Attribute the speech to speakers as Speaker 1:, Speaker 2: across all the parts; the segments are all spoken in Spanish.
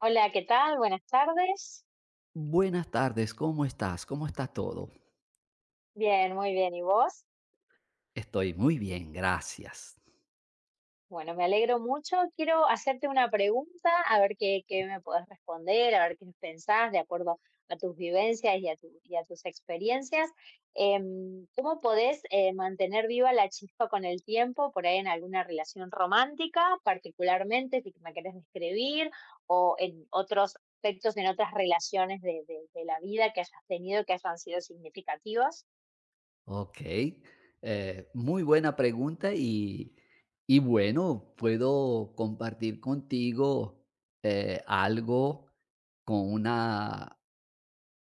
Speaker 1: Hola, ¿qué tal? Buenas tardes.
Speaker 2: Buenas tardes, ¿cómo estás? ¿Cómo está todo?
Speaker 1: Bien, muy bien. ¿Y vos?
Speaker 2: Estoy muy bien, gracias.
Speaker 1: Bueno, me alegro mucho. Quiero hacerte una pregunta, a ver qué, qué me podés responder, a ver qué pensás de acuerdo a tus vivencias y a, y a tus experiencias. ¿Cómo podés mantener viva la chispa con el tiempo, por ahí en alguna relación romántica, particularmente, si me querés describir, o en otros aspectos, en otras relaciones de, de la vida que hayas tenido que hayan sido significativas?
Speaker 2: Ok, muy buena pregunta y bueno, puedo compartir contigo algo con una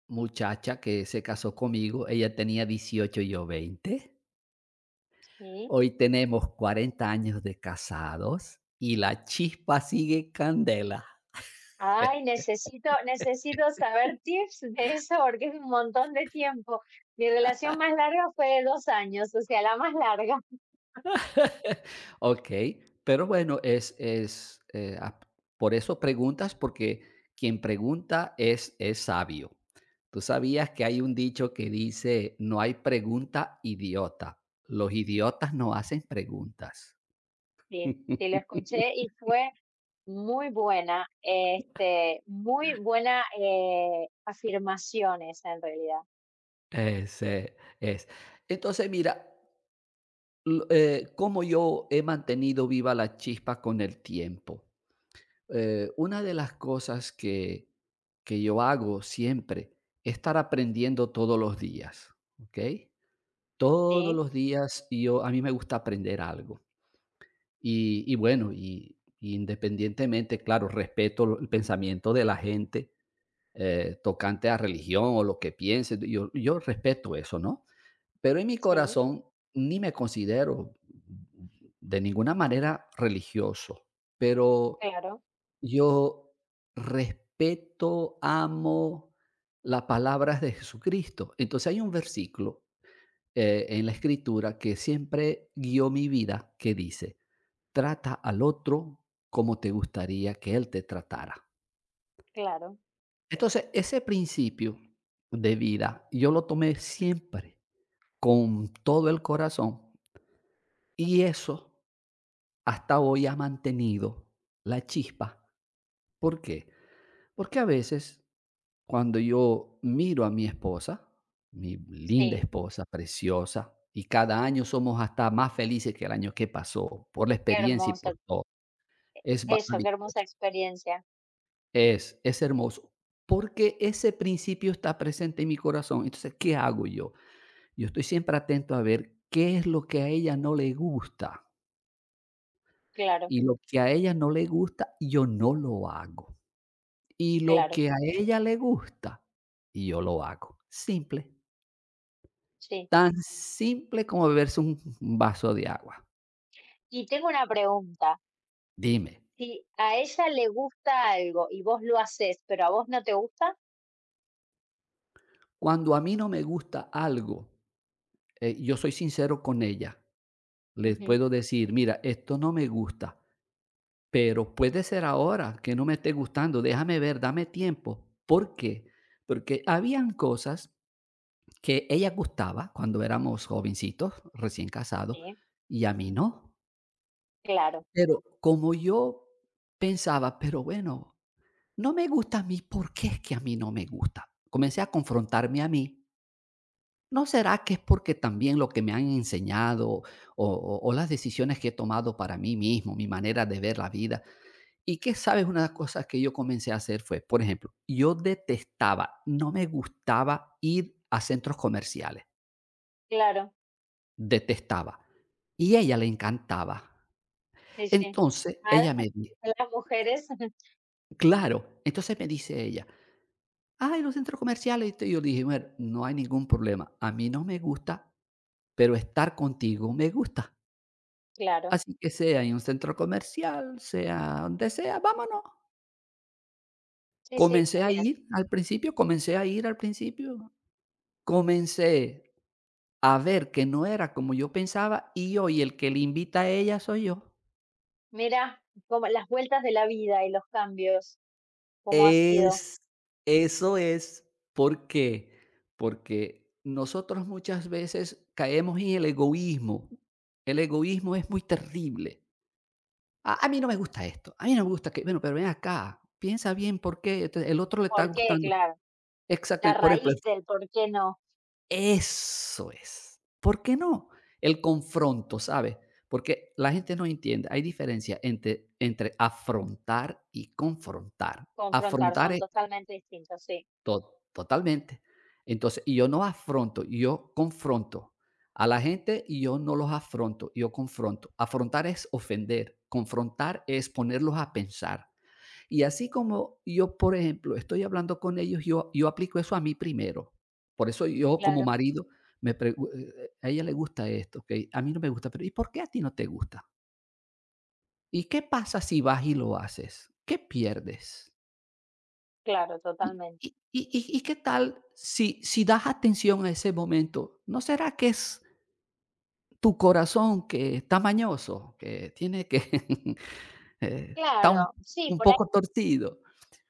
Speaker 2: muchacha que se casó conmigo. Ella tenía 18 y yo 20.
Speaker 1: Sí.
Speaker 2: Hoy tenemos 40 años de casados y la chispa sigue candela.
Speaker 1: Ay, necesito saber tips de eso porque es un montón de tiempo. Mi relación más larga fue de dos años, o sea, la más larga.
Speaker 2: Ok, pero bueno, es por eso preguntas, porque quien pregunta es sabio. Tú sabías que hay un dicho que dice, no hay pregunta idiota. Los idiotas no hacen preguntas.
Speaker 1: Sí, sí, lo escuché y fue muy buena, este, muy buena afirmaciones en realidad.
Speaker 2: Ese es. Entonces, mira, cómo yo he mantenido viva la chispa con el tiempo. Una de las cosas que yo hago siempre es estar aprendiendo todos los días, ¿ok? Todos
Speaker 1: Sí,
Speaker 2: los días a mí me gusta aprender algo. Y bueno, y independientemente, claro, respeto el pensamiento de la gente, tocante a religión o lo que piense, yo respeto eso, ¿no? Pero en mi
Speaker 1: sí,
Speaker 2: corazón ni me considero de ninguna manera religioso, pero
Speaker 1: claro,
Speaker 2: yo respeto, amo las palabras de Jesucristo. Entonces hay un versículo, en la escritura, que siempre guió mi vida, que dice, trata al otro como te gustaría que él te tratara.
Speaker 1: claro,
Speaker 2: Entonces, ese principio de vida yo lo tomé siempre con todo el corazón, y eso hasta hoy ha mantenido la chispa. ¿Por qué? Porque a veces, cuando yo miro a mi esposa, mi linda
Speaker 1: sí,
Speaker 2: esposa, preciosa, y cada año somos hasta más felices que el año que pasó, por la
Speaker 1: qué
Speaker 2: experiencia y
Speaker 1: hermoso,
Speaker 2: por todo. Es
Speaker 1: eso,
Speaker 2: maravi
Speaker 1: qué hermosa experiencia,
Speaker 2: es hermoso, porque ese principio está presente en mi corazón. Entonces, ¿qué hago yo? Yo estoy siempre atento a ver qué es lo que a ella no le gusta,
Speaker 1: claro,
Speaker 2: y lo que a ella no le gusta, yo no lo hago, y lo
Speaker 1: claro,
Speaker 2: que a ella le gusta, yo lo hago, simple.
Speaker 1: sí.
Speaker 2: Tan simple como beberse un vaso de agua.
Speaker 1: Y tengo una pregunta.
Speaker 2: Dime,
Speaker 1: Si a ella le gusta algo y vos lo haces, pero a vos no te gusta.
Speaker 2: cuando a mí no me gusta algo, yo soy sincero con ella. Les
Speaker 1: Ujú,
Speaker 2: puedo decir: "Mira, esto no me gusta, pero puede ser ahora que no me esté gustando, déjame ver, dame tiempo". ¿Por qué? Porque habían cosas que ella gustaba cuando éramos jovencitos, recién casados,
Speaker 1: sí,
Speaker 2: y a mí no.
Speaker 1: claro,
Speaker 2: Pero como yo pensaba: "Pero bueno, no me gusta a mí, ¿por qué es que a mí no me gusta?". Comencé a confrontarme a mí. ¿No será que es porque también lo que me han enseñado, o las decisiones que he tomado para mí mismo, mi manera de ver la vida? Y, que sabes?, una de las cosas que yo comencé a hacer fue, por ejemplo, yo detestaba, no me gustaba ir a centros comerciales,
Speaker 1: claro,
Speaker 2: detestaba. Y a ella le encantaba.
Speaker 1: sí, sí.
Speaker 2: Entonces,
Speaker 1: Normal,
Speaker 2: ella me dice,
Speaker 1: a las mujeres,
Speaker 2: claro, entonces me dice ella, "Ay, los centros comerciales". Y yo le dije, "mujer, no hay ningún problema. A mí no me gusta, pero estar contigo me gusta.
Speaker 1: claro,
Speaker 2: Así que sea en un centro comercial, sea donde sea, vámonos".
Speaker 1: sí, sí,
Speaker 2: Comencé a
Speaker 1: muy bien.
Speaker 2: ir al principio, comencé a ir al principio. Comencé a ver que no era como yo pensaba, y hoy el que le invita a ella soy yo.
Speaker 1: Mira, como las vueltas de la vida y los cambios, cómo ha sido,
Speaker 2: Es Eso es, ¿por qué? Porque nosotros muchas veces caemos en el egoísmo. El egoísmo es muy terrible. "A mí no me gusta esto, a mí no me gusta que...". Bueno, pero ven acá, piensa bien por qué, entonces, el otro le está
Speaker 1: por qué,
Speaker 2: gustando.
Speaker 1: claro, la
Speaker 2: Exactamente, por ejemplo,
Speaker 1: raíz del por qué no
Speaker 2: eso es. ¿Por qué no? El confronto, ¿sabes? Porque la gente no entiende, hay diferencia entre afrontar y confrontar.
Speaker 1: confrontar
Speaker 2: Afrontar
Speaker 1: son totalmente distintos, sí,
Speaker 2: To totalmente. Entonces, y yo no afronto, yo confronto a la gente, y yo no los afronto, yo confronto. Afrontar es ofender, confrontar es ponerlos a pensar. Y así como yo, por ejemplo, estoy hablando con ellos, yo aplico eso a mí primero. Por eso yo, como
Speaker 1: claro,
Speaker 2: marido, me pregu a ella le gusta esto, okey, a mí no me gusta, pero ¿y por qué a ti no te gusta? ¿Y qué pasa si vas y lo haces? ¿Qué pierdes?
Speaker 1: claro,
Speaker 2: ¿Y
Speaker 1: totalmente.
Speaker 2: qué tal si das atención a ese momento? ¿No será que es tu corazón que está mañoso, que tiene que... está un
Speaker 1: Claro, sí,
Speaker 2: un
Speaker 1: por
Speaker 2: poco torcido?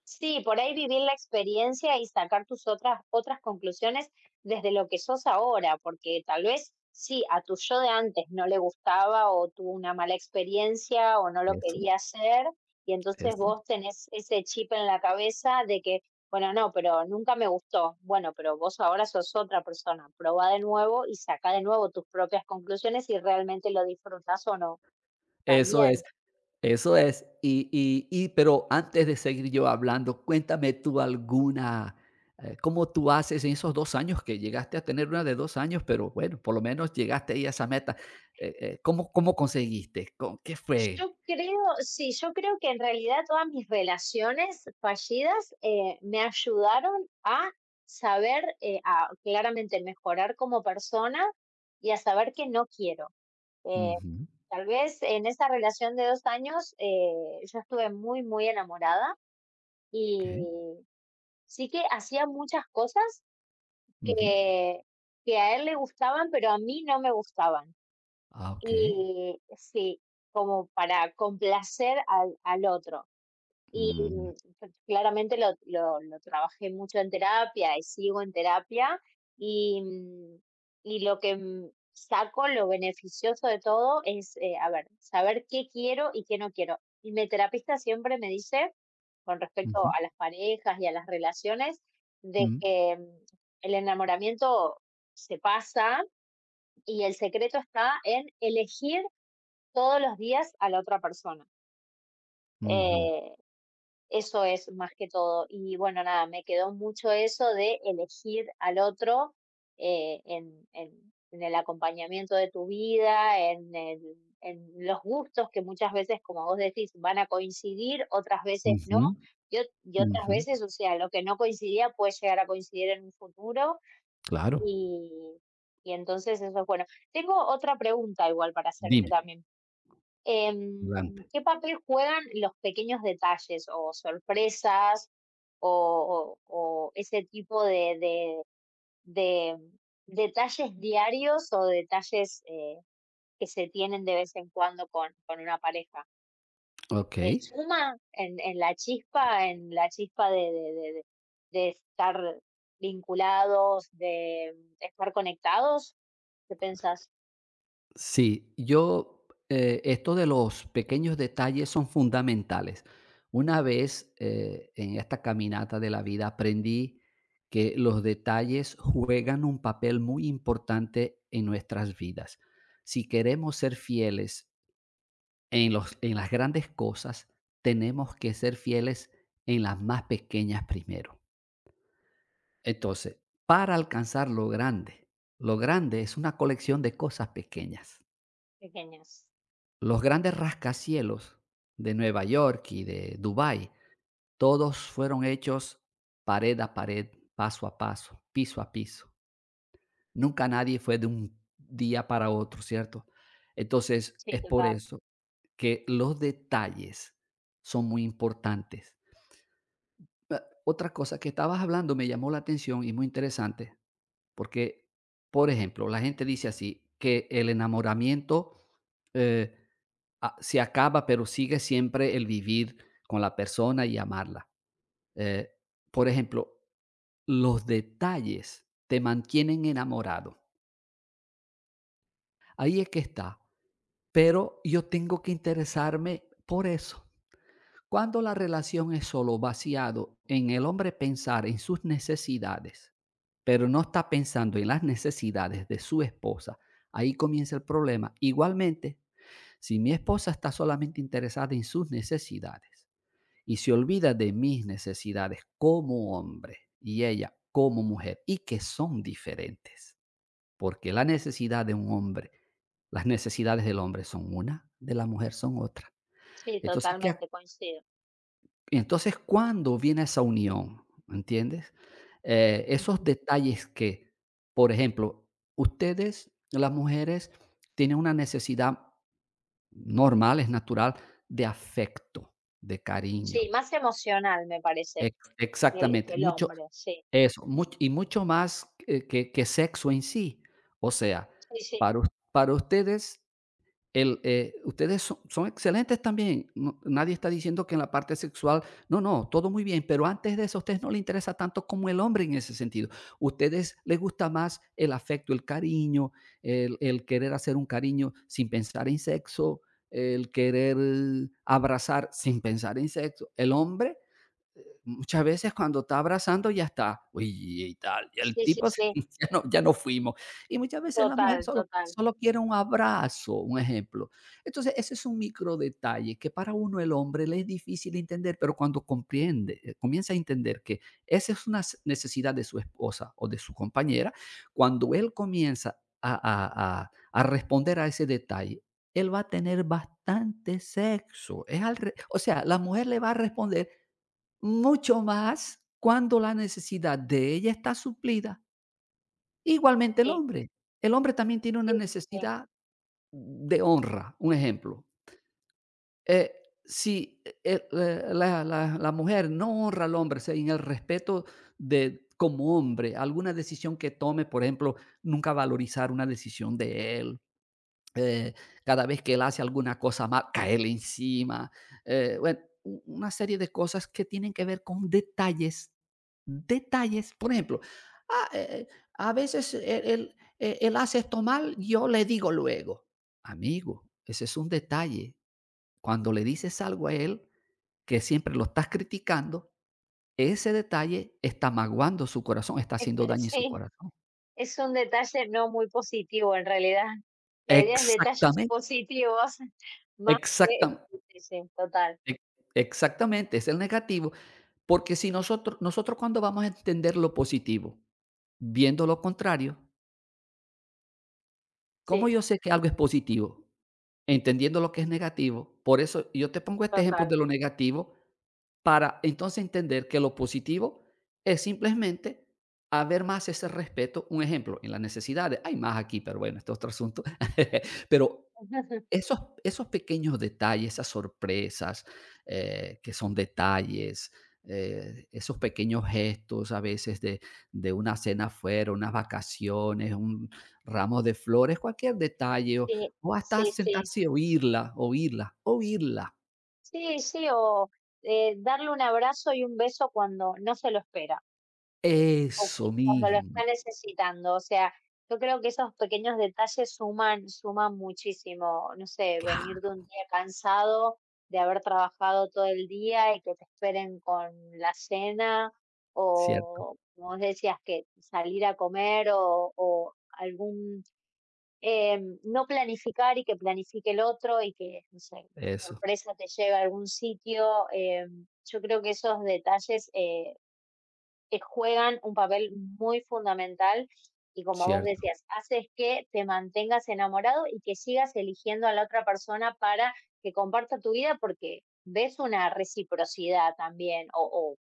Speaker 1: sí, por ahí vivir la experiencia y sacar tus otras conclusiones desde lo que sos ahora, porque tal vez sí, a tu yo de antes no le gustaba o tuvo una mala experiencia o no lo
Speaker 2: Eso,
Speaker 1: quería hacer, y entonces
Speaker 2: eso,
Speaker 1: vos tenés ese chip en la cabeza de que, bueno, no, pero nunca me gustó. Bueno, pero vos ahora sos otra persona, probá de nuevo y saca de nuevo tus propias conclusiones si realmente lo disfrutás o no.
Speaker 2: eso es,
Speaker 1: También.
Speaker 2: eso es. Y pero, antes de seguir yo hablando, cuéntame tú alguna, ¿cómo tú haces en esos 2 años que llegaste a tener una de 2 años? Pero bueno, por lo menos llegaste ahí a esa meta, ¿cómo conseguiste? ¿Con qué fue?
Speaker 1: Yo creo, sí, yo creo que en realidad todas mis relaciones fallidas me ayudaron a saber, a claramente mejorar como persona y a saber que no quiero. Eh,
Speaker 2: Ujú.
Speaker 1: tal vez en esa relación de dos años yo estuve muy enamorada
Speaker 2: Okay.
Speaker 1: y sí que hacía muchas cosas
Speaker 2: Ujú.
Speaker 1: que, que a él le gustaban, pero a mí no me gustaban.
Speaker 2: Ah, okey.
Speaker 1: Y sí, como para complacer al otro. Y
Speaker 2: Mm,
Speaker 1: pues, claramente lo trabajé mucho en terapia y sigo en terapia. Y, y lo que saco, lo beneficioso de todo es, a ver, saber qué quiero y qué no quiero. Y mi terapista siempre me dice, con respecto
Speaker 2: ujú,
Speaker 1: a las parejas y a las relaciones, de
Speaker 2: mm,
Speaker 1: que el enamoramiento se pasa y el secreto está en elegir todos los días a la otra persona.
Speaker 2: ujú,
Speaker 1: Eh, eso es más que todo. Y bueno, nada, me quedó mucho eso de elegir al otro en, en el acompañamiento de tu vida, en, en los gustos que muchas veces, como vos decís, van a coincidir, otras veces no.
Speaker 2: ujú,
Speaker 1: Y, y otras
Speaker 2: ujú.
Speaker 1: veces, o sea, lo que no coincidía puede llegar a coincidir en un futuro
Speaker 2: Claro.
Speaker 1: y, y entonces eso es bueno. Tengo otra pregunta igual para hacerte
Speaker 2: Dime,
Speaker 1: también. Em,
Speaker 2: adelante.
Speaker 1: ¿Qué papel juegan los pequeños detalles o sorpresas o, o ese tipo de, de detalles diarios o detalles que se tienen de vez en cuando con una pareja?
Speaker 2: Okey.
Speaker 1: ¿Suma en la chispa de, de estar vinculados, de estar conectados? ¿Qué pensás?
Speaker 2: Sí, esto de los pequeños detalles son fundamentales. Una vez, en esta caminata de la vida, aprendí que los detalles juegan un papel muy importante en nuestras vidas. Si queremos ser fieles en las grandes cosas, tenemos que ser fieles en las más pequeñas primero. Entonces, para alcanzar lo grande es una colección de cosas pequeñas.
Speaker 1: Pequeñas.
Speaker 2: Los grandes rascacielos de Nueva York y de Dubái, todos fueron hechos pared a pared, paso a paso, piso a piso. Nunca nadie fue de un día para otro, ¿cierto? Entonces,
Speaker 1: Sí,
Speaker 2: es por
Speaker 1: total.
Speaker 2: eso que los detalles son muy importantes. Ah, otra cosa que estabas hablando me llamó la atención y muy interesante, porque, por ejemplo, la gente dice así, que el enamoramiento, eh, se acaba, pero sigue siempre el vivir con la persona y amarla. Eh, por ejemplo, los detalles te mantienen enamorado. Ahí es que está. Pero yo tengo que interesarme por eso. Cuando la relación es solo vaciado en el hombre pensar en sus necesidades, pero no está pensando en las necesidades de su esposa, ahí comienza el problema. Igualmente, si mi esposa está solamente interesada en sus necesidades y se olvida de mis necesidades como hombre y ella como mujer, y que son diferentes, porque la necesidad de un hombre, las necesidades del hombre son una, de la mujer son otra.
Speaker 1: Sí,
Speaker 2: Entonces, ¿qué?
Speaker 1: totalmente coincido.
Speaker 2: Y entonces, ¿cuándo viene esa unión? ¿Entiendes? Esos
Speaker 1: Ujú.
Speaker 2: detalles que, por ejemplo, ustedes, las mujeres, tienen una necesidad normal, es natural, de afecto, de
Speaker 1: Sí,
Speaker 2: cariño.
Speaker 1: más emocional me parece
Speaker 2: Ex-
Speaker 1: que
Speaker 2: exactamente.
Speaker 1: el
Speaker 2: Mucho,
Speaker 1: hombre, sí.
Speaker 2: eso, y mucho más, que, sexo en sí. O sea,
Speaker 1: Sí, sí.
Speaker 2: para, para ustedes, ustedes son excelentes también. Nadie está diciendo que en la parte sexual, no, no, todo muy bien, pero antes de eso a ustedes no les interesa tanto como el hombre en ese sentido. Ustedes les gusta más el afecto, el cariño, el querer hacer un cariño sin pensar en sexo, el querer, abrazar sin pensar en sexo. El hombre muchas veces cuando está abrazando ya está, uy, y tal, y el
Speaker 1: Sí, sí,
Speaker 2: tipo
Speaker 1: sí.
Speaker 2: ya no, fuimos. Y muchas veces la mujer
Speaker 1: Total,
Speaker 2: solo
Speaker 1: total.
Speaker 2: solo quiere un abrazo, un ejemplo. Entonces, ese es un micro detalle que para uno, el hombre, le es difícil entender, pero cuando comprende, comienza a entender que esa es una s necesidad de su esposa o de su compañera. Cuando él comienza a responder a ese detalle, él va a tener bastante sexo. Es al re o sea, la mujer le va a responder mucho más cuando la necesidad de ella está suplida. Igualmente el
Speaker 1: Sí,
Speaker 2: hombre. El hombre también tiene
Speaker 1: sí,
Speaker 2: una
Speaker 1: sí, sí.
Speaker 2: necesidad de honra. Un ejemplo, eh, si e el la la la mujer no honra al hombre, o sea, en el respeto, de como hombre, alguna decisión que tome, por ejemplo, nunca valorizar una decisión de él, eh, cada vez que él hace alguna cosa mal, caerle encima, bueno, una serie de cosas que tienen que ver con detalles. Detalles, por ejemplo, "Ah, a veces él hace esto mal, yo le digo luego". Amigo, ese es un detalle. Cuando le dices algo a él, que siempre lo estás criticando, ese detalle está maguando su corazón, está haciendo
Speaker 1: Este,
Speaker 2: daño en su
Speaker 1: sí,
Speaker 2: corazón.
Speaker 1: es un detalle no muy positivo en realidad. La idea es detalles
Speaker 2: Exactamente,
Speaker 1: positivos más que
Speaker 2: exactamente.
Speaker 1: sí, sí, sí, total.
Speaker 2: Exactamente, es el negativo. Porque si nosotros cuando vamos a entender lo positivo, viendo lo contrario, ¿cómo
Speaker 1: Sí,
Speaker 2: yo sé que algo es positivo? Entendiendo lo que es negativo. Por eso yo te pongo este ejemplo
Speaker 1: total.
Speaker 2: de lo negativo, para entonces entender que lo positivo es simplemente haber más ese respeto. Un ejemplo, en las necesidades, hay más aquí, pero bueno, este es otro asunto. Pero esos, pequeños detalles, esas sorpresas, que son detalles, esos pequeños gestos a veces de una cena fuera, unas vacaciones, un ramo de flores, cualquier detalle,
Speaker 1: Sí,
Speaker 2: o hasta
Speaker 1: sí, sí.
Speaker 2: sentarse y oírla, oírla, oírla.
Speaker 1: Sí, sí, o, darle un abrazo y un beso cuando no se lo espera. O cu
Speaker 2: Eso
Speaker 1: cuando lo
Speaker 2: mismo.
Speaker 1: está necesitando, o sea, yo creo que esos pequeños detalles suman muchísimo, no sé, venir
Speaker 2: Claro,
Speaker 1: de un día cansado, de haber trabajado todo el día y que te esperen con la cena,
Speaker 2: cierto,
Speaker 1: o como vos decías, que salir a comer o algún, no planificar y que planifique el otro y que, no sé, de
Speaker 2: eso,
Speaker 1: sorpresa te lleve a algún sitio, yo creo que esos detalles, juegan un papel muy fundamental y como vos
Speaker 2: cierto.
Speaker 1: decías, haces que te mantengas enamorado y que sigas eligiendo a la otra persona para que comparta tu vida porque ves una reciprocidad también o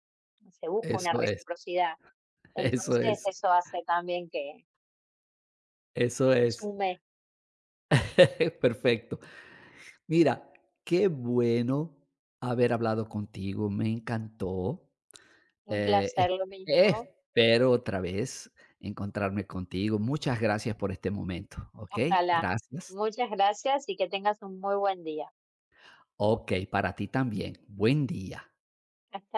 Speaker 1: se busca una
Speaker 2: Eso es,
Speaker 1: reciprocidad.
Speaker 2: eso
Speaker 1: Entonces
Speaker 2: es,
Speaker 1: eso hace también que
Speaker 2: eso es.
Speaker 1: sume
Speaker 2: Perfecto. Mira, qué bueno haber hablado contigo, me encantó.
Speaker 1: un
Speaker 2: Es
Speaker 1: placer lo mismo.
Speaker 2: Espero otra vez encontrarme contigo. Muchas gracias por este momento, ¿ok?
Speaker 1: Ojalá.
Speaker 2: Gracias.
Speaker 1: Muchas gracias y que tengas un muy buen día.
Speaker 2: Ok. Para ti también. Buen día.
Speaker 1: Hasta